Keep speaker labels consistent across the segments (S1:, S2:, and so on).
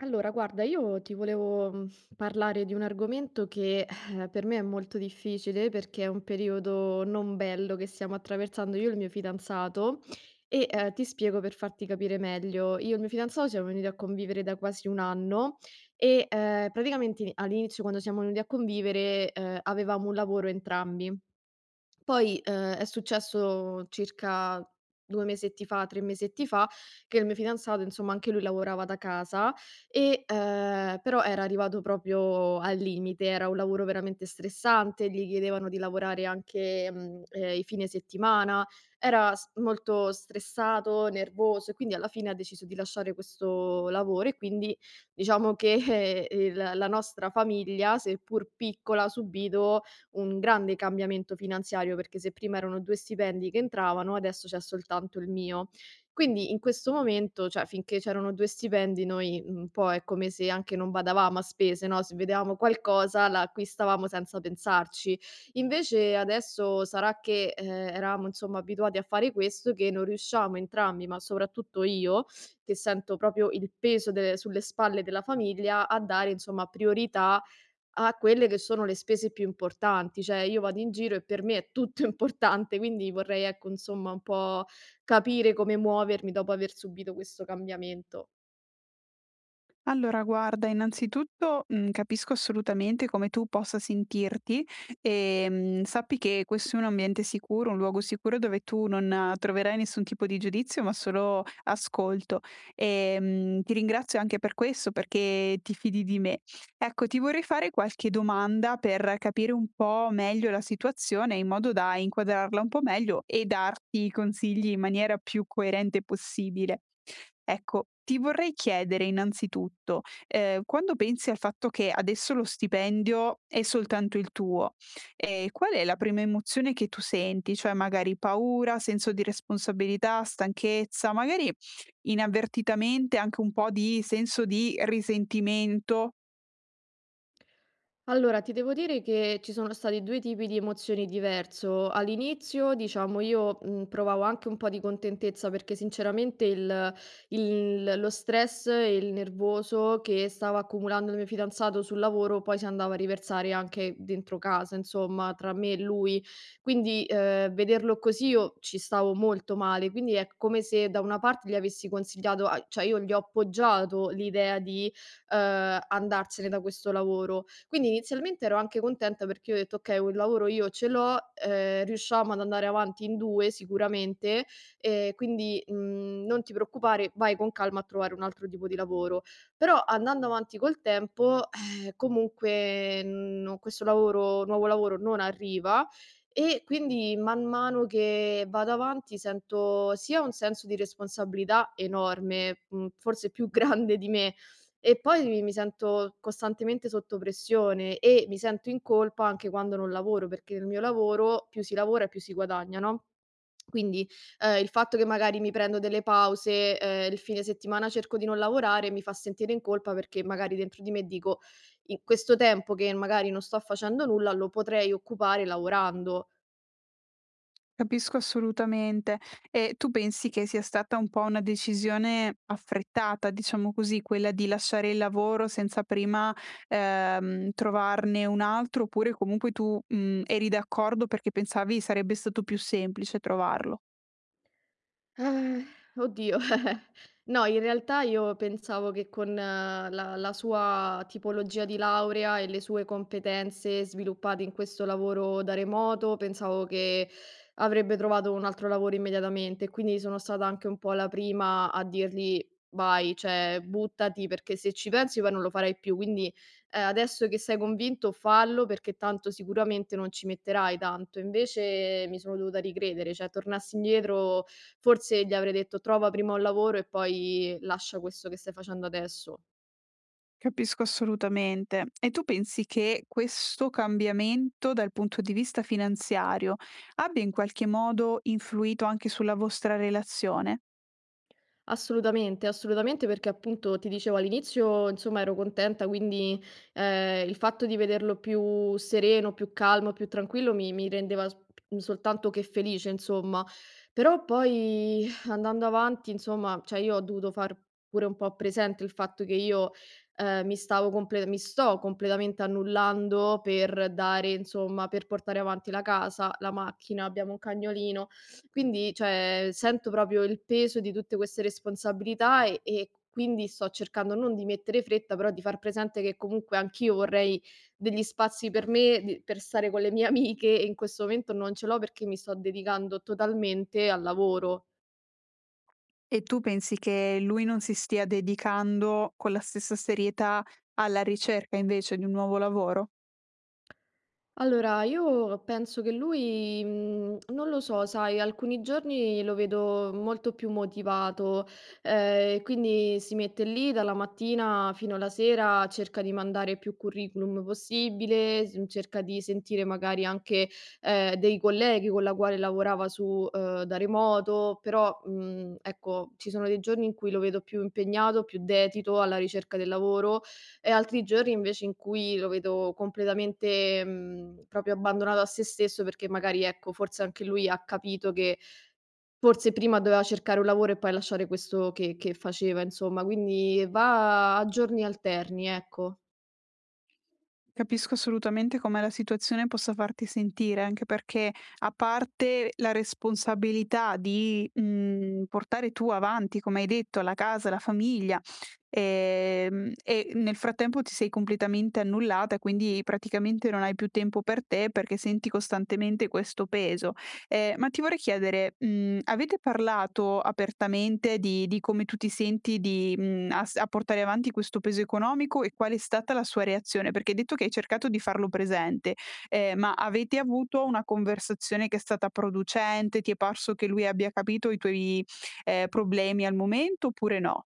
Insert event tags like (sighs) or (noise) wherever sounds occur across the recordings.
S1: Allora, guarda, io ti volevo parlare di un argomento che per me è molto difficile perché è un periodo non bello che stiamo attraversando io e il mio fidanzato e ti spiego per farti capire meglio. Io e il mio fidanzato siamo venuti a convivere da quasi un anno e praticamente all'inizio quando siamo venuti a convivere avevamo un lavoro entrambi. Poi, è successo circa 2 mesetti fa, 3 mesetti fa, che il mio fidanzato, insomma, anche lui lavorava da casa e, però era arrivato proprio al limite, era un lavoro veramente stressante, gli chiedevano di lavorare anche, i fine settimana, era s molto stressato, nervoso e quindi alla fine ha deciso di lasciare questo lavoro e quindi diciamo che (laughs) il la nostra famiglia, seppur piccola, ha subito un grande cambiamento finanziario, perché se prima erano 2 stipendi che entravano, adesso c'è soltanto il mio. Quindi in questo momento, cioè finché c'erano 2 stipendi noi, un po' è come se anche non badavamo a spese, no, se vedevamo qualcosa la acquistavamo senza pensarci. Invece adesso sarà che, eravamo insomma abituati a fare questo, che non riusciamo entrambi, ma soprattutto io, che sento proprio il peso de sulle spalle della famiglia, a dare insomma priorità a quelle che sono le spese più importanti. Cioè io vado in giro e per me è tutto (laughs) importante, quindi vorrei, ecco, insomma, un po' capire come muovermi dopo aver subito questo cambiamento.
S2: Allora guarda, innanzitutto, capisco assolutamente come tu possa sentirti, sappi che questo è un ambiente sicuro, un luogo sicuro dove tu non troverai nessun tipo di giudizio, ma solo ascolto. Ti ringrazio anche per questo, perché ti fidi di me. Ecco, ti vorrei fare qualche domanda per capire un po' meglio la situazione in modo da inquadrarla un po' meglio e darti i consigli in maniera più coerente possibile. Ecco, ti vorrei chiedere innanzitutto, quando pensi al fatto che adesso lo stipendio è soltanto il tuo, qual è la prima emozione che tu senti? Cioè magari paura, senso di responsabilità, stanchezza, magari inavvertitamente anche un po' di senso di risentimento?
S1: Allora, ti devo dire che ci sono stati 2 tipi di emozioni diverso. All'inizio, diciamo, io, provavo anche un po' di contentezza perché sinceramente il lo stress e il nervoso che stava accumulando il mio fidanzato sul lavoro poi si andava a riversare anche dentro casa, insomma, tra me e lui. Quindi, vederlo così io ci stavo molto male, quindi è come se da una parte gli avessi consigliato a cioè io gli ho appoggiato l'idea di andarsene da questo lavoro. Quindi inizialmente ero anche contenta perché io ho detto: "Okay, un lavoro io ce l'ho, riusciamo ad andare avanti in 2 sicuramente, non ti preoccupare, vai con calma a trovare un altro tipo di lavoro". Però andando avanti col tempo, comunque no questo lavoro nuovo lavoro non arriva e quindi man mano che vado avanti sento sia un senso di responsabilità enorme, forse più (laughs) grande di me, e poi mi sento costantemente sotto pressione e mi sento in colpa anche quando non lavoro, perché nel mio lavoro più si lavora e più si guadagna, no? Quindi, il fatto che magari mi prendo delle pause, il fine settimana cerco di non lavorare, mi fa sentire in colpa perché magari dentro di me dico: "In questo tempo che magari non sto facendo nulla lo potrei occupare lavorando".
S2: Capisco assolutamente. E tu pensi che sia stata un po' una decisione affrettata, diciamo così, quella di lasciare il lavoro senza prima, trovarne un altro, oppure comunque tu, eri d'accordo perché pensavi sarebbe stato più semplice trovarlo?
S1: Eh, oddio. (laughs) No, in realtà io pensavo che con la sua tipologia di laurea e le sue competenze sviluppate in questo lavoro da remoto, pensavo che avrebbe trovato un altro lavoro immediatamente. Quindi sono stata anche un po' la prima a dirgli: "Vai, cioè buttati, perché se ci pensi poi non lo farai più. Quindi, adesso che sei convinto fallo, perché tanto sicuramente non ci metterai tanto". Invece mi sono dovuta ricredere, cioè tornassi indietro forse gli avrei detto: "Trova prima un lavoro e poi lascia questo che stai facendo adesso".
S2: Capisco assolutamente. E tu pensi che questo cambiamento dal punto di vista finanziario abbia in qualche modo influito anche sulla vostra relazione?
S1: Assolutamente, assolutamente perché appunto ti dicevo all'inizio, insomma, ero contenta, quindi il fatto di vederlo più sereno, più calmo, più tranquillo mi rendeva soltanto che felice, insomma. Però poi (laughs) (sighs) andando avanti, insomma, cioè io ho dovuto far pure un po' presente il fatto che io mi stavo mi sto completamente annullando per dare, insomma, per portare avanti la casa, la macchina, abbiamo un cagnolino quindi, cioè, sento proprio il peso di tutte queste responsabilità e quindi sto cercando non di mettere fretta, però di far presente che comunque anch'io vorrei degli spazi per me, di per stare con le mie amiche e in questo momento non ce l'ho perché mi sto dedicando totalmente al lavoro.
S2: E tu pensi che lui non si stia dedicando con la stessa serietà alla ricerca invece di un nuovo lavoro?
S1: Allora, io penso che lui, non lo so, sai, alcuni giorni lo vedo molto più motivato, quindi si mette lì dalla mattina fino alla sera, cerca di mandare più curriculum possibile, s cerca di sentire magari anche, dei colleghi con la quale lavorava su da remoto, però, ecco, ci sono dei giorni in cui lo vedo più impegnato, più dedito alla ricerca del lavoro e altri giorni invece in cui lo vedo completamente, proprio abbandonato a se stesso perché magari, ecco, forse anche lui ha capito che forse prima doveva cercare un lavoro e poi lasciare questo che faceva, insomma. Quindi va a giorni alterni, ecco.
S2: Capisco assolutamente come la situazione possa farti sentire, anche perché a parte la responsabilità di, portare tu avanti, come hai detto, la casa, la famiglia, e nel frattempo ti sei completamente annullata, quindi praticamente non hai più tempo per te perché senti costantemente questo peso. Ma ti vorrei chiedere, avete parlato apertamente di come tu ti senti di, mhmm, a s a portare avanti questo peso economico e qual è stata la sua reazione? Perché hai detto che hai cercato di farlo presente, ma avete avuto una conversazione che è stata producente? Ti è parso che lui abbia capito i tuoi, problemi al momento oppure no?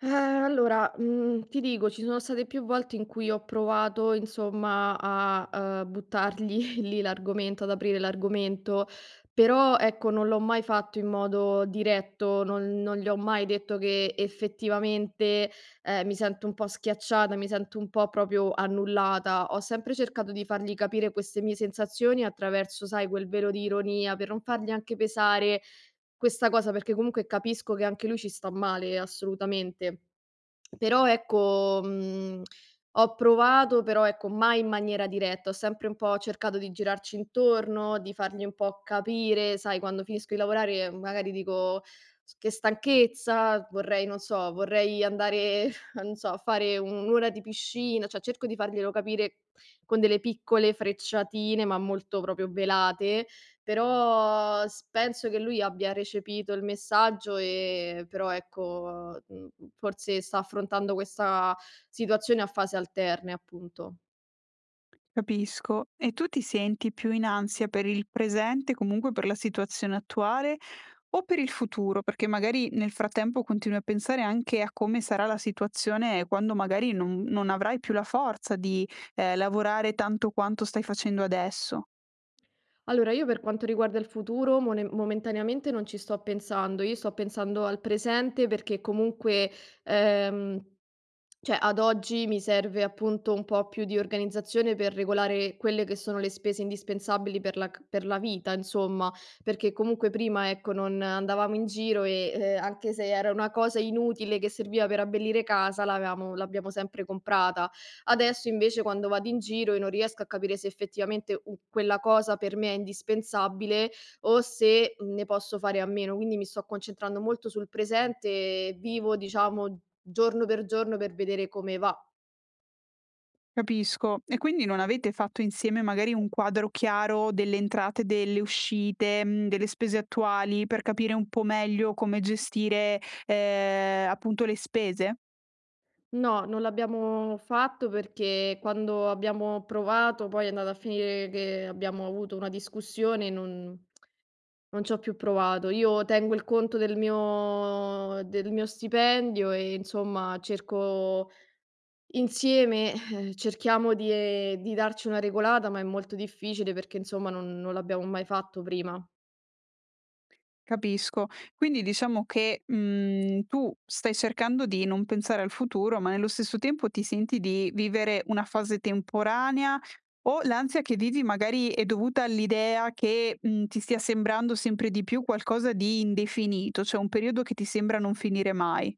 S1: Allora, ti dico, ci sono state più volte in cui ho provato, insomma, a, buttargli (laughs) lì l'argomento, ad aprire l'argomento, però ecco, non l'ho mai fatto in modo diretto, non gli ho mai detto che effettivamente, mi sento un po' schiacciata, mi sento un po' proprio annullata. Ho sempre cercato di fargli capire queste mie sensazioni attraverso, sai, quel velo di ironia, per non fargli anche pesare questa cosa, perché comunque capisco che anche lui ci sta male, assolutamente. Però ecco, ho provato, però ecco mai in maniera diretta, ho sempre un po' cercato di girarci intorno, di fargli un po' capire, sai quando finisco di lavorare magari dico: "S Che stanchezza, vorrei non so, vorrei andare (laughs) non so, a fare un'ora di piscina", cioè cerco di farglielo capire con delle piccole frecciatine, ma molto proprio velate, però s penso che lui abbia recepito il messaggio, però ecco, forse sta affrontando questa situazione a fasi alterne, appunto.
S2: Capisco. E tu ti senti più in ansia per il presente, comunque per la situazione attuale o per il futuro? Perché magari nel frattempo continui a pensare anche a come sarà la situazione quando magari non avrai più la forza di lavorare tanto quanto stai facendo adesso.
S1: Allora, io per quanto riguarda il futuro, momentaneamente non ci sto pensando, io sto pensando al presente perché comunque, ehm, cioè ad oggi mi serve appunto un po' più di organizzazione per regolare quelle che sono le spese indispensabili per la vita, insomma, perché comunque prima, ecco, non andavamo in giro e anche se era una cosa inutile che serviva per abbellire casa, l'abbiamo sempre comprata. Adesso invece quando vado in giro e non riesco a capire se effettivamente u quella cosa per me è indispensabile o se ne posso fare a meno. Quindi mi sto concentrando molto sul presente e vivo, diciamo, giorno per vedere come va.
S2: Capisco. E quindi non avete fatto insieme magari un quadro chiaro delle entrate, delle uscite, delle spese attuali per capire un po' meglio come gestire appunto le spese?
S1: No, non l'abbiamo fatto perché quando abbiamo provato poi è andata a finire che abbiamo avuto una discussione e non ci ho più provato. Io tengo il conto del mio stipendio e insomma cerco insieme, cerchiamo di darci una regolata, ma è molto difficile perché insomma non l'abbiamo mai fatto prima.
S2: Capisco. Quindi diciamo che, tu stai cercando di non pensare al futuro, ma nello stesso tempo ti senti di vivere una fase temporanea o l'ansia che vivi magari è dovuta all'idea che, ti stia sembrando sempre di più qualcosa di indefinito, cioè un periodo che ti sembra non finire mai.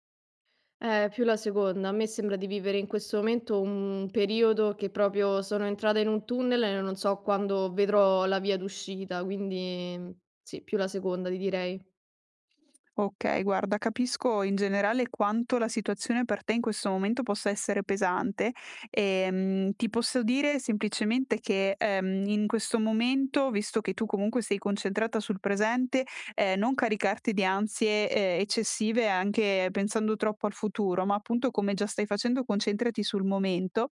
S1: Più la seconda. A me sembra di vivere in questo momento un periodo che proprio sono entrata in un tunnel e non so quando vedrò la via d'uscita, quindi sì, più la seconda ti direi.
S2: Okay, guarda, capisco in generale quanto la situazione per te in questo momento possa essere pesante. Ti posso dire semplicemente che, in questo momento, visto che tu comunque sei concentrata sul presente, non caricarti di ansie, eccessive anche pensando troppo al futuro, ma appunto come già stai facendo concentrati sul momento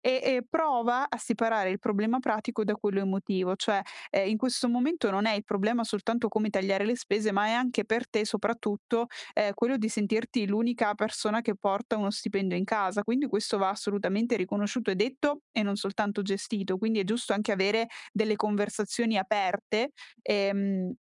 S2: e prova a separare il problema pratico da quello emotivo, cioè, in questo momento non è il problema soltanto come tagliare le spese, ma è anche per te soprattutto, quello di sentirti l'unica persona che porta uno stipendio in casa. Quindi questo va assolutamente riconosciuto e detto e non soltanto gestito. Quindi è giusto anche avere delle conversazioni aperte, ehm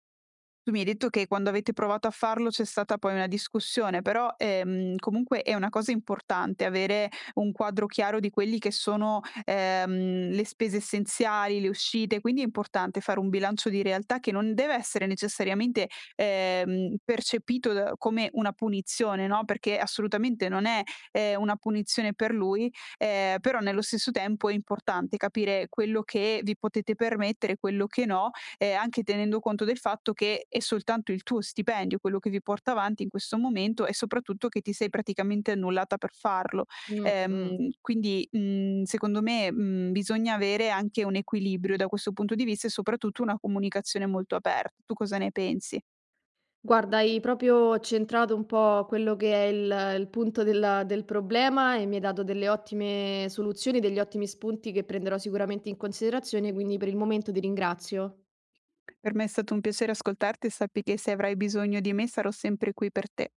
S2: tu mi hai detto che quando avete provato a farlo c'è stata poi una discussione, però, comunque è una cosa importante avere un quadro chiaro di quelli che sono, le spese essenziali, le uscite, quindi è importante fare un bilancio di realtà che non deve essere necessariamente, percepito da come una punizione, no, perché assolutamente non è, una punizione per lui, però nello stesso tempo è importante capire quello che vi potete permettere, quello che no, anche tenendo conto del fatto che è soltanto il tuo stipendio quello che vi porta avanti in questo momento e soprattutto che ti sei praticamente annullata per farlo.
S1: Mh, mh.
S2: Secondo me, bisogna avere anche un equilibrio da questo punto di vista e soprattutto una comunicazione molto aperta. Tu cosa ne pensi?
S1: Guarda, hai proprio centrato un po' quello che è il punto del problema e mi hai dato delle ottime soluzioni, degli ottimi spunti che prenderò sicuramente in considerazione, quindi per il momento ti ringrazio.
S2: Per me è stato un piacere ascoltarti e sappi che se avrai bisogno di me sarò sempre qui per te.